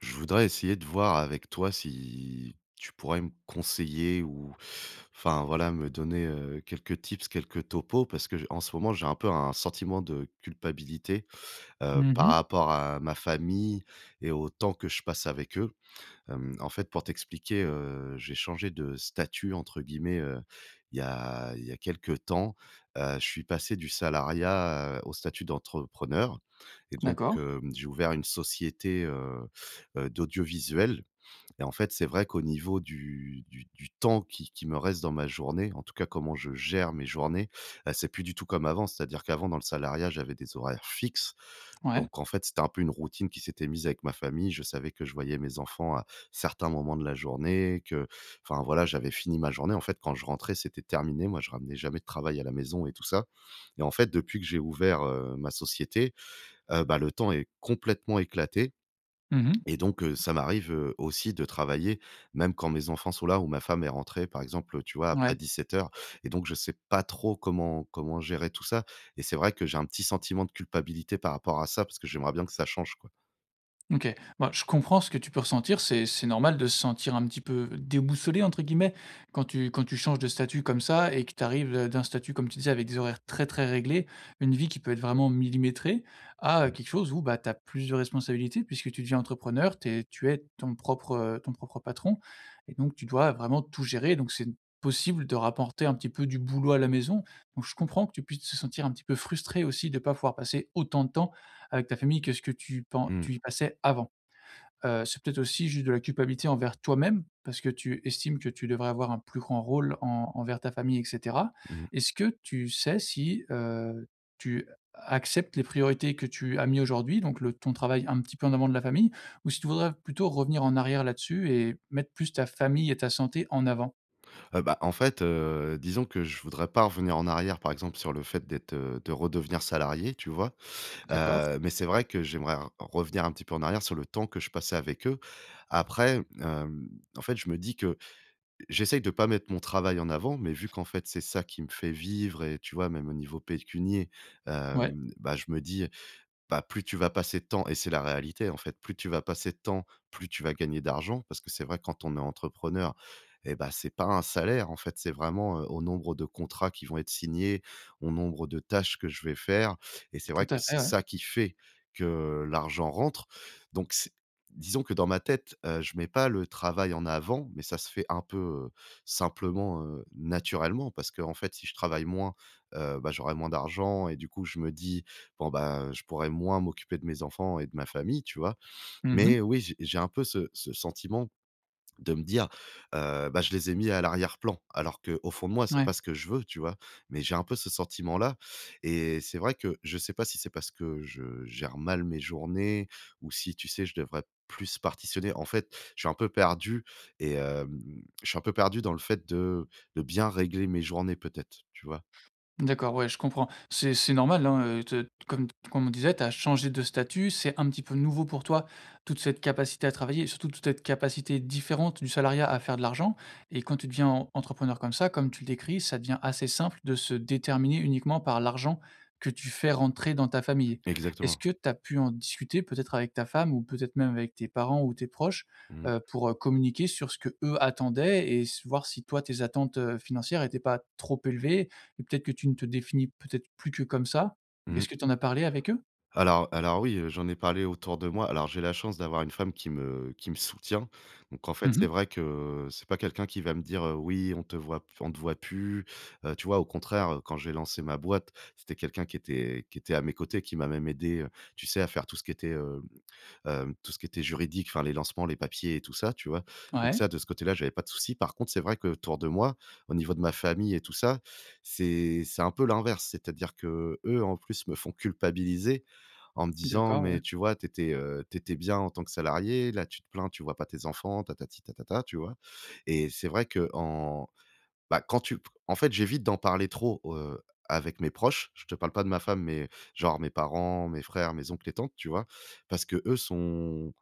Je voudrais essayer de voir avec toi si tu pourrais me conseiller ou enfin voilà, me donner, quelques tips, quelques topos parce que j en ce moment, j'ai un peu un sentiment de culpabilité, Mmh par mh. rapport à ma famille et au temps que je passe avec eux. En fait, pour t'expliquer, j'ai changé de «statut» entre guillemets, il y a quelque temps. Je suis passé du salariat, au statut d'entrepreneur et donc D'accord. J'ai ouvert une société, d'audiovisuel et en fait, c'est vrai qu'au niveau du temps qui me reste dans ma journée, en tout cas comment je gère mes journées, c'est plus du tout comme avant. C'est-à-dire qu'avant dans le salariat, j'avais des horaires fixes Ouais. donc en fait, c'était un peu une routine qui s'était mise avec ma famille. Je savais que je voyais mes enfants à certains moments de la journée, que enfin voilà, j'avais fini ma journée. En fait, quand je rentrais, c'était terminé. Moi, je ramenais jamais de travail à la maison et tout ça. Et en fait, depuis que j'ai ouvert, ma société, bah, le temps est complètement éclaté Mmh mh. et donc, ça m'arrive, aussi de travailler même quand mes enfants sont là ou ma femme est rentrée, par exemple, tu vois, à après Ouais. heures. Et donc je sais pas trop comment gérer tout ça et c'est vrai que j'ai un petit sentiment de culpabilité par rapport à ça parce que j'aimerais bien que ça change, quoi. OK. Moi je comprends ce que tu peux ressentir, c'est normal de se sentir un petit peu «déboussolé» entre guillemets, quand tu changes de statut comme ça et que tu arrives, d'un statut comme tu disais avec des horaires très, très réglés, une vie qui peut être vraiment millimétrée à, Mmh. quelque chose où, bah, tu as plus de responsabilités puisque tu deviens entrepreneur, t'es tu es ton propre patron et donc tu dois vraiment tout gérer, donc c'est possible de rapporter un petit peu du boulot à la maison. Donc je comprends que tu puisses te sentir un petit peu frustré aussi de ne pas pouvoir passer autant de temps avec ta famille que ce que Mmh. tu y passais avant. C'est peut-être aussi juste de la culpabilité envers toi-même, parce que tu estimes que tu devrais avoir un plus grand rôle en envers ta famille et cetera. Mmh. Est-ce que tu sais si, tu acceptes les priorités que tu as mis aujourd'hui, donc le ton travail un petit peu en avant de la famille, ou si tu voudrais plutôt revenir en arrière là-dessus et mettre plus ta famille et ta santé en avant? Bah, en fait, disons que je voudrais pas revenir en arrière, par exemple, sur le fait d'être, de redevenir salarié, tu vois? D'accord. Mais c'est vrai que j'aimerais r revenir un petit peu en arrière sur le temps que je passais avec eux. Après, en fait, je me dis que j'essaye de pas mettre mon travail en avant, mais vu qu'en fait, c'est ça qui me fait vivre et tu vois, même au niveau pécunier, Ouais, bah, je me dis, bah, plus tu vas passer de temps et c'est la réalité, en fait, plus tu vas passer de temps, plus tu vas gagner d'argent parce que c'est vrai quand on est entrepreneur et bah, c'est pas un salaire, en fait, c'est vraiment, au nombre de contrats qui vont être signés, au nombre de tâches que je vais faire et c'est vrai tout que à c'est fait, ouais. ça qui fait que l'argent rentre donc c'est disons que dans ma tête, je mets pas le travail en avant mais ça se fait un peu, heu, simplement, naturellement parce que en fait si je travaille moins, bah, j'aurai moins d'argent et du coup je me dis: bon, bah, je pourrais moins m'occuper de mes enfants et de ma famille, tu vois? Mmh. Mais oui, j'ai un peu ce sentiment de me dire, bah, je les ai mis à l'arrière-plan, alors que au fond de moi, c'est Ouais. pas ce que je veux, tu vois? Mais j'ai un peu ce sentiment-là et c'est vrai que je sais pas si c'est parce que je gère mal mes journées ou si, tu sais, je devrais plus partitionner. En fait, je suis un peu perdu et je suis un peu perdu dans le fait de bien régler mes journées peut-être, tu vois? D'accord, ouais, je comprends. C'est normal, hein, te comme comme on disait, tu as changé de statut, c'est un petit peu nouveau pour toi, toute cette capacité à travailler et surtout toute cette capacité différente du salariat à faire de l'argent, et quand tu deviens en entrepreneur comme ça, comme tu le décris, ça devient assez simple de se déterminer uniquement par l'argent que tu fais rentrer dans ta famille. Est-ce Exactement. que tu as pu en discuter peut-être avec ta femme ou peut-être même avec tes parents ou tes proches, Mmh mh. Pour, communiquer sur ce que eux attendaient et s voir si toi tes attentes, financières n'étaient pas trop élevées? Et peut-être que tu ne te définis peut-être plus que comme ça. Mmh. Est-ce que tu en as parlé avec eux? Alors oui, j'en ai parlé autour de moi. Alors j'ai la chance d'avoir une femme qui me soutient. Donc en fait, Mmh. c'est vrai que c'est pas quelqu'un qui va me dire, «Oui, on te voit plus», tu vois? Au contraire, quand j'ai lancé ma boîte, c'était quelqu'un qui était à mes côtés, qui m'a même aidé, tu sais, à faire tout ce qui était, tout ce qui était juridique, enfin les lancements, les papiers et tout ça, tu vois? Donc Ouais, ça, de ce côté-là, j'avais pas de souci. Par contre, c'est vrai que autour de moi, au niveau de ma famille et tout ça, c'est un peu l'inverse. C'est-à-dire que eux, en plus, me font culpabiliser en me disant: d'accord, ouais. «Mais tu vois, t'étais étais, bien en tant que salarié, là tu te plains, tu vois pas tes enfants, tatati tatata», tu vois? Et c'est vrai que en quand tu en fait, j'évite d'en parler trop, avec mes proches. Je te parle pas de ma femme, mais genre mes parents, mes frères, mes oncles et tantes, tu vois? Parce que eux sont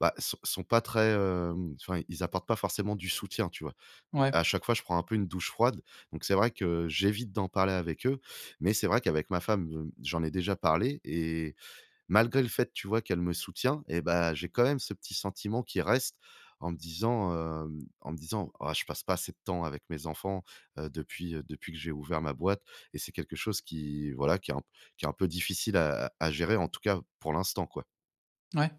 bah, sont pas très, enfin, ils apportent pas forcément du soutien, tu vois? Donc, Ouais, à chaque fois, je prends un peu une douche froide, donc c'est vrai que j'évite d'en parler avec eux, mais c'est vrai qu'avec ma femme, j'en ai déjà parlé et malgré le fait, tu vois, qu'elle me soutient et bah, j'ai quand même ce petit sentiment qui reste en me disant, en me disant: «Ah, je passe pas assez de temps avec mes enfants, depuis, depuis que j'ai ouvert ma boîte» et c'est quelque chose qui, voilà, qui est un peu difficile à gérer, en tout cas pour l'instant, quoi. ouais.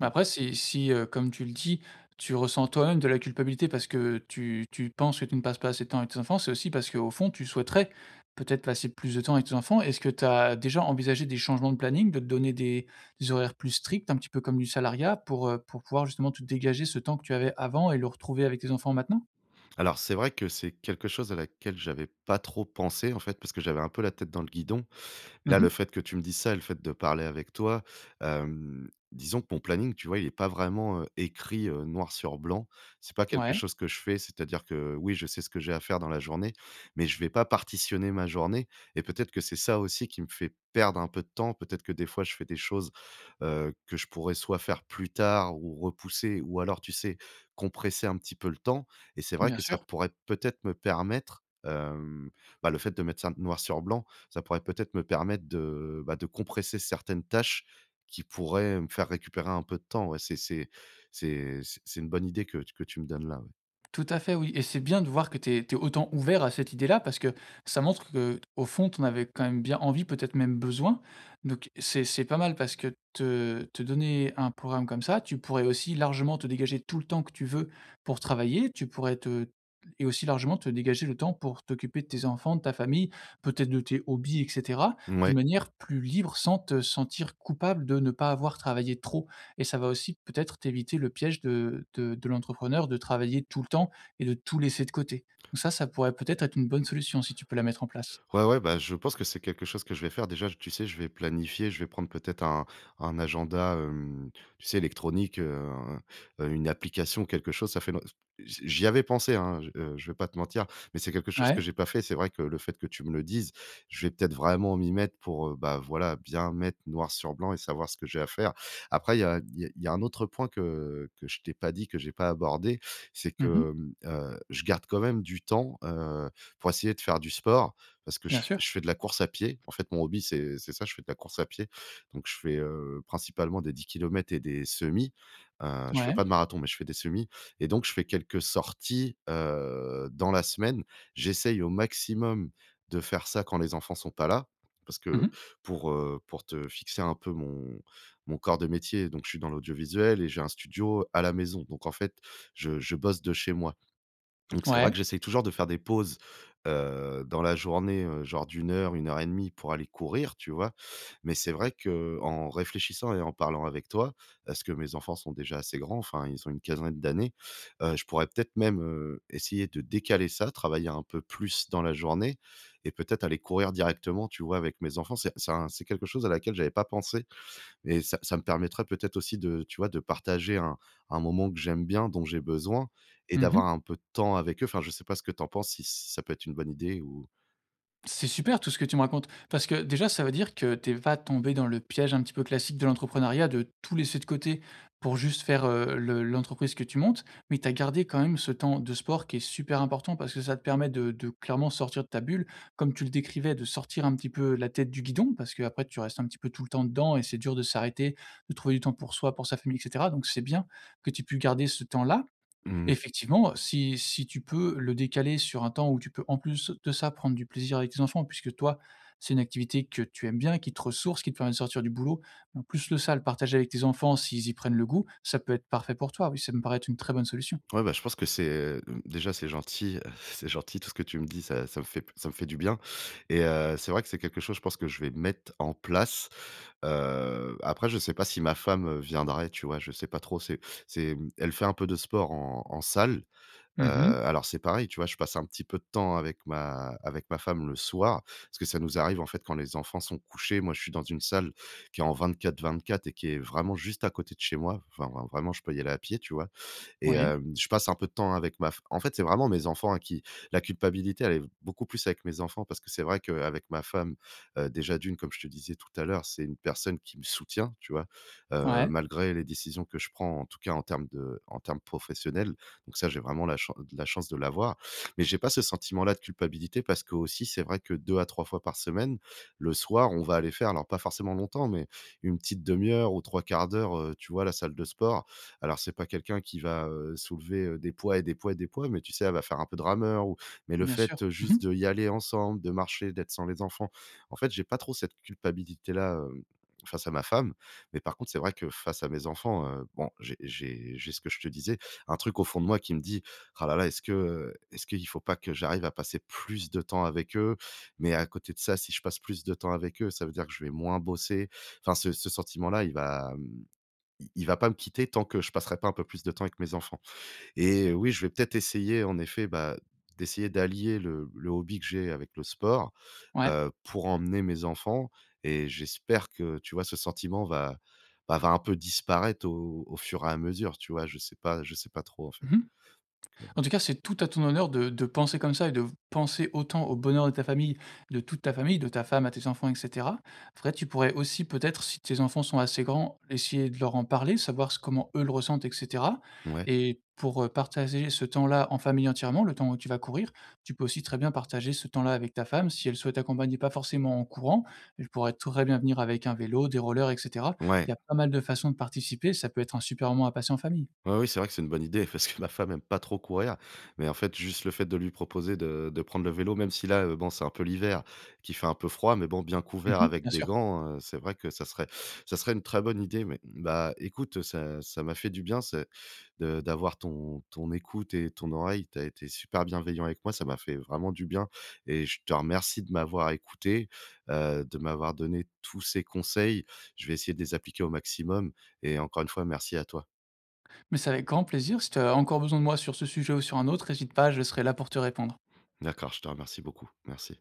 Mais après si si, comme tu le dis, tu ressens toi-même de la culpabilité parce que tu penses que tu ne passes pas assez de temps avec tes enfants, c'est aussi parce qu'au fond, tu souhaiterais peut-être passer plus de temps avec tes enfants. Est-ce que tu as déjà envisagé des changements de planning, de te donner des horaires plus stricts, un petit peu comme du salariat pour pouvoir justement te dégager ce temps que tu avais avant et le retrouver avec tes enfants maintenant? Alors c'est vrai que c'est quelque chose à laquelle j'avais pas trop pensé en fait, parce que j'avais un peu la tête dans le guidon. Là, Mmh. le fait que tu me dises ça et le fait de parler avec toi, disons que mon planning, tu vois, il est pas vraiment, écrit, noir sur blanc. C'est pas quelque Ouais, chose que je fais, c'est-à-dire que oui, je sais ce que j'ai à faire dans la journée, mais je vais pas partitionner ma journée et peut-être que c'est ça aussi qui me fait perdre un peu de temps. Peut-être que des fois, je fais des choses, que je pourrais soit faire plus tard ou repousser ou alors, tu sais, compresser un petit peu le temps et c'est vrai bien que ça sûr. pourrait peut-être me permettre, bah, le fait de mettre ça noir sur blanc, ça pourrait peut-être me permettre de, bah, de compresser certaines tâches qui pourraient me faire récupérer un peu de temps. Ouais, c'est une bonne idée que tu me donnes là, ouais. Tout à fait, oui, et c'est bien de voir que tu es autant ouvert à cette idée-là parce que ça montre que au fond, tu en avais quand même bien envie, peut-être même besoin. Donc c'est pas mal, parce que te donner un programme comme ça, tu pourrais aussi largement te dégager tout le temps que tu veux pour travailler. Tu pourrais te Et aussi largement te dégager le temps pour t'occuper de tes enfants, de ta famille, peut-être de tes hobbies et cetera, Mouais. d'une manière plus libre sans te sentir coupable de ne pas avoir travaillé trop, et ça va aussi peut-être t'éviter le piège de l'entrepreneur de travailler tout le temps et de tout laisser de côté. Donc ça pourrait peut-être être une bonne solution si tu peux la mettre en place. Ouais, ouais, bah, je pense que c'est quelque chose que je vais faire. Déjà, tu sais, je vais planifier, je vais prendre peut-être un agenda, tu sais, électronique, un une application, quelque chose. Ça fait long J'y avais pensé, hein, je vais pas te mentir, mais c'est quelque chose que Ouais. j'ai pas fait. C'est vrai que le fait que tu me le dises, je vais peut-être vraiment m'y mettre pour, bah, voilà, bien mettre noir sur blanc et savoir ce que j'ai à faire. Après, il y a il y a il y a un autre point que je t'ai pas dit, que j'ai pas abordé, c'est Mmh. que, je garde quand même du temps, pour essayer de faire du sport parce que Bien sûr. je fais de la course à pied. En fait, mon hobby, c'est ça, je fais de la course à pied. Donc je fais, principalement des 10 kilomètres et des semis. Je fais Ouais. pas de marathon, mais je fais des semis et donc je fais quelques sorties, dans la semaine. J'essaye au maximum de faire ça quand les enfants sont pas là, parce que Mmh. Pour te fixer un peu mon corps de métier, donc je suis dans l'audiovisuel et j'ai un studio à la maison. Donc en fait, je bosse de chez moi. Donc c'est vrai que Ouais. j'essaye toujours de faire des pauses, dans la journée, genre d'une heure, une heure et demie, pour aller courir, tu vois? Mais c'est vrai qu'en réfléchissant et en parlant avec toi, parce que mes enfants sont déjà assez grands, enfin ils ont une quinzaine d'années, je pourrais peut-être même, essayer de décaler ça, travailler un peu plus dans la journée et peut-être aller courir directement, tu vois, avec mes enfants. C'est quelque chose à laquelle j'avais pas pensé et ça me permettrait peut-être aussi de, tu vois, de partager un moment que j'aime bien, dont j'ai besoin et Mmh. d'avoir un peu de temps avec eux. Enfin, je sais pas ce que t'en penses, si ça peut être une bonne idée ou C'est super tout ce que tu me racontes, parce que déjà, ça veut dire que t'es pas tombé dans le piège un petit peu classique de l'entrepreneuriat, de tout laisser de côté pour juste faire, le l'entreprise que tu montes, mais tu as gardé quand même ce temps de sport qui est super important parce que ça te permet de clairement sortir de ta bulle, comme tu le décrivais, de sortir un petit peu la tête du guidon, parce que après tu restes un petit peu tout le temps dedans et c'est dur de s'arrêter, de trouver du temps pour soi, pour sa famille et cetera, donc c'est bien que tu aies pu garder ce temps-là. Mmh. Effectivement, si si tu peux le décaler sur un temps où tu peux en plus de ça prendre du plaisir avec tes enfants, puisque toi, c'est une activité que tu aimes bien, qui te ressource, qui te permet de sortir du boulot. En plus de ça, le partager avec tes enfants s'ils y prennent le goût, ça peut être parfait pour toi. Oui, ça me paraît être une très bonne solution. Ouais, bah, je pense que c'est, déjà c'est gentil, c'est gentil tout ce que tu me dis, ça me fait du bien et c'est vrai que c'est quelque chose, je pense que je vais mettre en place. Après je sais pas si ma femme, viendrait, tu vois? Je sais pas trop, c'est elle fait un peu de sport en salle. Heu, Mmh. alors c'est pareil, tu vois? Je passe un petit peu de temps avec ma femme le soir, parce que ça nous arrive, en fait, quand les enfants sont couchés. Moi, je suis dans une salle qui est en 24-24 et qui est vraiment juste à côté de chez moi. Enfin, vraiment, je peux y aller à pied, tu vois? Et Oui. Je passe un peu de temps avec ma f en fait, c'est vraiment mes enfants, hein, qui. La culpabilité, elle est beaucoup plus avec mes enfants parce que c'est vrai qu'avec ma femme, déjà d'une, comme je te disais tout à l'heure, c'est une personne qui me soutient, tu vois? Heu, Ouais, malgré les décisions que je prends, en tout cas en termes professionnels. Donc ça, j'ai vraiment la chance de l'avoir, mais j'ai pas ce sentiment-là de culpabilité parce que aussi, c'est vrai que 2 à 3 fois par semaine, le soir, on va aller faire alors pas forcément longtemps, mais une petite demi-heure ou trois quarts d'heure, tu vois, à la salle de sport. Alors c'est pas quelqu'un qui va, soulever, des poids et des poids et des poids, mais tu sais, elle va faire un peu de rameur ou. Mais le bien sûr. fait, Mmh. juste de y aller ensemble, de marcher, d'être sans les enfants, en fait, j'ai pas trop cette culpabilité-là, face à ma femme. Mais par contre, c'est vrai que face à mes enfants, bon, j'ai ce que je te disais, un truc au fond de moi qui me dit: «Ah là là, est-ce qu'il faut pas que j'arrive à passer plus de temps avec eux?» Mais à côté de ça, si je passe plus de temps avec eux, ça veut dire que je vais moins bosser. Enfin, ce sentiment-là, il va pas me quitter tant que je passerai pas un peu plus de temps avec mes enfants. Et oui, je vais peut-être essayer en effet, bah, d'essayer d'allier le hobby que j'ai avec le sport, Ouais. Pour emmener mes enfants. Et j'espère que, tu vois, ce sentiment va un peu disparaître au fur et à mesure, tu vois? Je sais pas trop en fait, Mmh. donc En tout cas, c'est tout à ton honneur de penser comme ça et de penser autant au bonheur de ta famille, de toute ta famille, de ta femme à tes enfants et cetera. Après, tu pourrais aussi peut-être, si tes enfants sont assez grands, essayer de leur en parler, savoir s comment eux le ressentent et cetera, ouais. et pour, partager ce temps-là en famille entièrement. Le temps où tu vas courir, tu peux aussi très bien partager ce temps-là avec ta femme. Si elle souhaite accompagner, pas forcément en courant, elle pourrait très bien venir avec un vélo, des rollers et cetera. Ouais. Il y a pas mal de façons de participer, ça peut être un super moment à passer en famille. Ouais, oui, c'est vrai que c'est une bonne idée parce que ma femme aime pas trop courir, mais en fait, juste le fait de lui proposer de prendre le vélo, même si là, bon, c'est un peu l'hiver qui fait un peu froid, mais bon, bien couvert Mmh, avec bien des sûr. gants, c'est vrai que ça serait une très bonne idée. Mais bah, écoute, ça m'a fait du bien, c'est de d'avoir ton écoute et ton oreille. Tu as été super bienveillant avec moi, ça m'a fait vraiment du bien et je te remercie de m'avoir écouté, de m'avoir donné tous ces conseils. Je vais essayer de les appliquer au maximum et encore une fois, merci à toi. Mais c'est avec grand plaisir. Si tu as encore besoin de moi sur ce sujet ou sur un autre, n'hésite pas, je serai là pour te répondre. D'accord, je te remercie beaucoup. Merci.